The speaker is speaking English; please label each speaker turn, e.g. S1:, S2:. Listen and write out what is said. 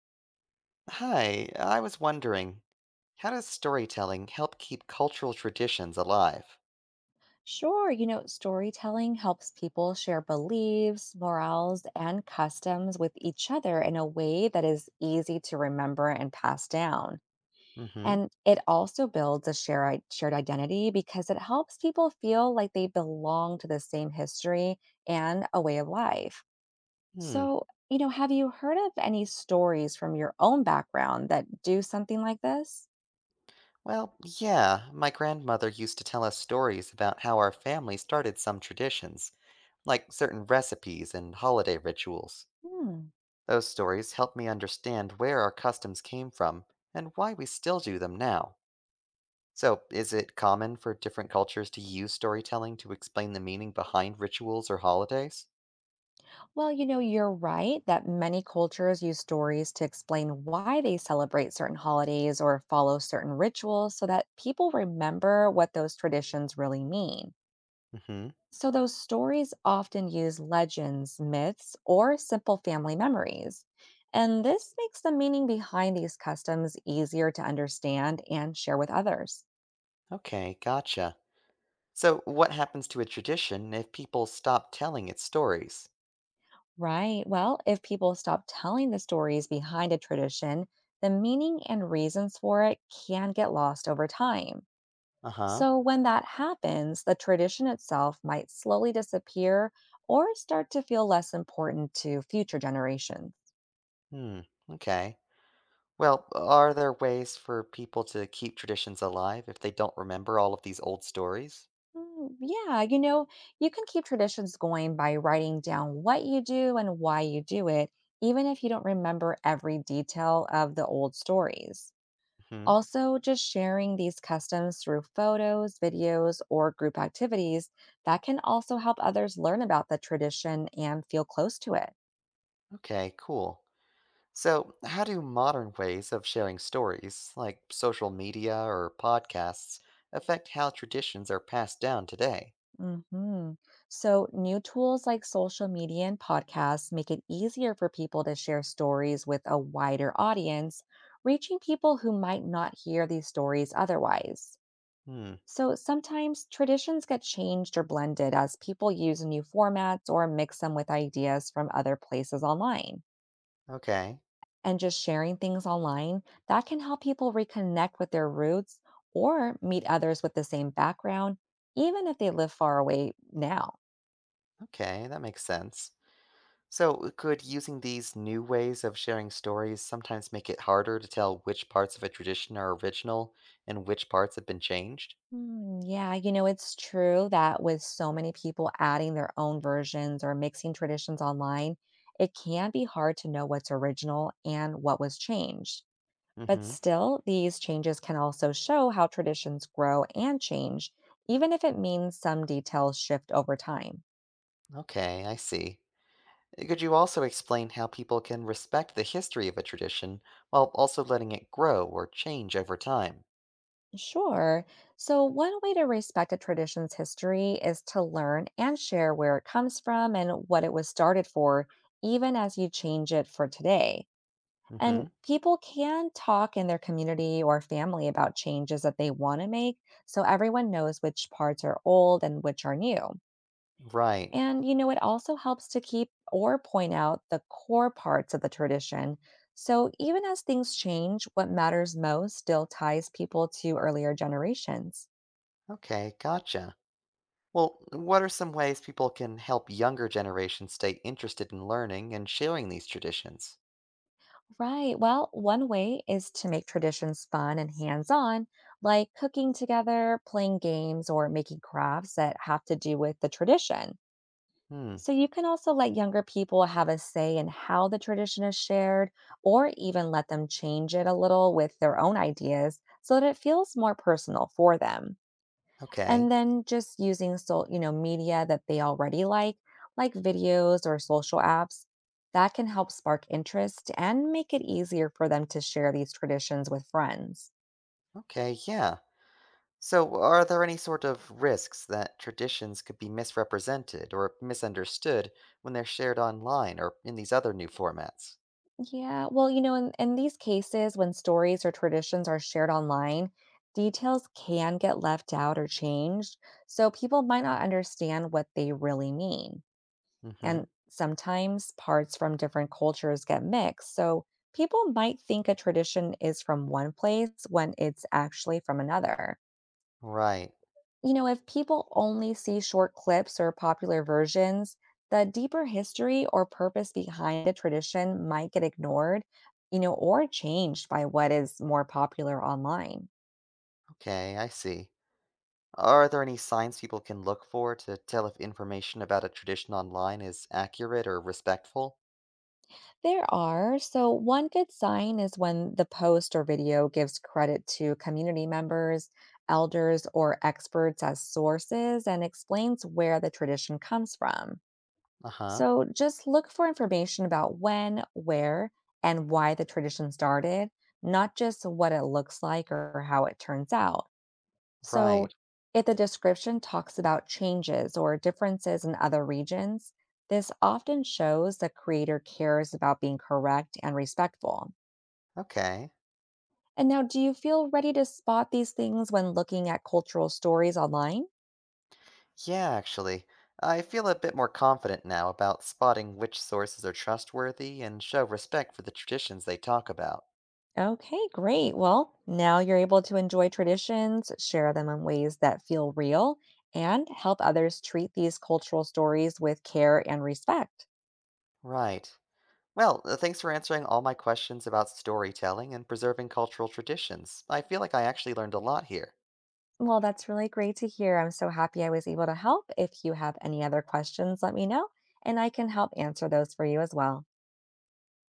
S1: Hi, I was wondering, how does storytelling help keep cultural traditions alive?
S2: Sure, storytelling helps people share beliefs, morals, and customs with each other in a way that is easy to remember and pass down.
S1: Mm-hmm.
S2: And it also builds a shared identity because it helps people feel like they belong to the same history and a way of life.
S1: Hmm.
S2: So, have you heard of any stories from your own background that do something like this?
S1: Well, yeah, my grandmother used to tell us stories about how our family started some traditions, like certain recipes and holiday rituals.
S2: Hmm.
S1: Those stories help me understand where our customs came from and why we still do them now. So, is it common for different cultures to use storytelling to explain the meaning behind rituals or holidays?
S2: Well, you're right that many cultures use stories to explain why they celebrate certain holidays or follow certain rituals so that people remember what those traditions really mean.
S1: Mm-hmm.
S2: So, those stories often use legends, myths, or simple family memories. And this makes the meaning behind these customs easier to understand and share with others.
S1: Okay, gotcha. So, what happens to a tradition if people stop telling its stories?
S2: Right. Well, if people stop telling the stories behind a tradition, the meaning and reasons for it can get lost over time.
S1: Uh huh.
S2: So, when that happens, the tradition itself might slowly disappear or start to feel less important to future generations.
S1: Hmm. Okay. Well, are there ways for people to keep traditions alive if they don't remember all of these old stories?
S2: Yeah, you can keep traditions going by writing down what you do and why you do it, even if you don't remember every detail of the old stories.
S1: Hmm.
S2: Also, just sharing these customs through photos, videos, or group activities that can also help others learn about the tradition and feel close to it.
S1: Okay, cool. So, how do modern ways of sharing stories, like social media or podcasts, affect how traditions are passed down today?
S2: hmm So, new tools like social media and podcasts make it easier for people to share stories with a wider audience, reaching people who might not hear these stories otherwise.
S1: Hmm.
S2: So, sometimes traditions get changed or blended as people use new formats or mix them with ideas from other places online.
S1: Okay.
S2: And just sharing things online, that can help people reconnect with their roots or meet others with the same background, even if they live far away now.
S1: Okay, that makes sense. So, could using these new ways of sharing stories sometimes make it harder to tell which parts of a tradition are original and which parts have been changed?
S2: Hmm, yeah, it's true that with so many people adding their own versions or mixing traditions online, it can be hard to know what's original and what was changed. But
S1: Hmm.
S2: still, these changes can also show how traditions grow and change, even if it means some details shift over time.
S1: Okay, I see. Could you also explain how people can respect the history of a tradition while also letting it grow or change over time?
S2: Sure. So, one way to respect a tradition's history is to learn and share where it comes from and what it was started for, even as you change it for today.
S1: Hmm.
S2: And people can talk in their community or family about changes that they want to make so everyone knows which parts are old and which are new.
S1: Right.
S2: And, it also helps to keep or point out the core parts of the tradition. So, even as things change, what matters most still ties people to earlier generations.
S1: Okay, gotcha. Well, what are some ways people can help younger generations stay interested in learning and sharing these traditions?
S2: Right. Well, one way is to make traditions fun and hands on, like cooking together, playing games, or making crafts that have to do with the tradition.
S1: Hmm,
S2: So you can also let younger people have a say in how the tradition is shared, or even let them change it a little with their own ideas so that it feels more personal for them. And
S1: okay.
S2: then just using so media that they already like videos or social apps, that can help spark interest and make it easier for them to share these traditions with friends.
S1: Okay, yeah. So, are there any sort of risks that traditions could be misrepresented or misunderstood when they're shared online or in these other new formats?
S2: Yeah, well, in these cases, when stories or traditions are shared online, details can get left out or changed, so people might not understand what they really mean.
S1: Hmm.
S2: And sometimes parts from different cultures get mixed. So people might think a tradition is from one place when it's actually from another.
S1: Right.
S2: If people only see short clips or popular versions, the deeper history or purpose behind a tradition might get ignored, or changed by what is more popular online.
S1: Okay, I see. Are there any signs people can look for to tell if information about a tradition online is accurate or respectful?
S2: There are. So, one good sign is when the post or video gives credit to community members, elders, or experts as sources and explains where the tradition comes from.
S1: Uh huh.
S2: So, just look for information about when, where, and why the tradition started, not just what it looks like or how it turns out. So,
S1: Right.
S2: if the description talks about changes or differences in other regions, this often shows the creator cares about being correct and respectful.
S1: Okay.
S2: And now, do you feel ready to spot these things when looking at cultural stories online?
S1: Yeah, actually. I feel a bit more confident now about spotting which sources are trustworthy and show respect for the traditions they talk about.
S2: Okay, great. Well, now you're able to enjoy traditions, share them in ways that feel real, and help others treat these cultural stories with care and respect.
S1: Right. Well, thanks for answering all my questions about storytelling and preserving cultural traditions. I feel like I actually learned a lot here.
S2: Well, that's really great to hear. I'm so happy I was able to help. If you have any other questions, let me know, and I can help answer those for you as well.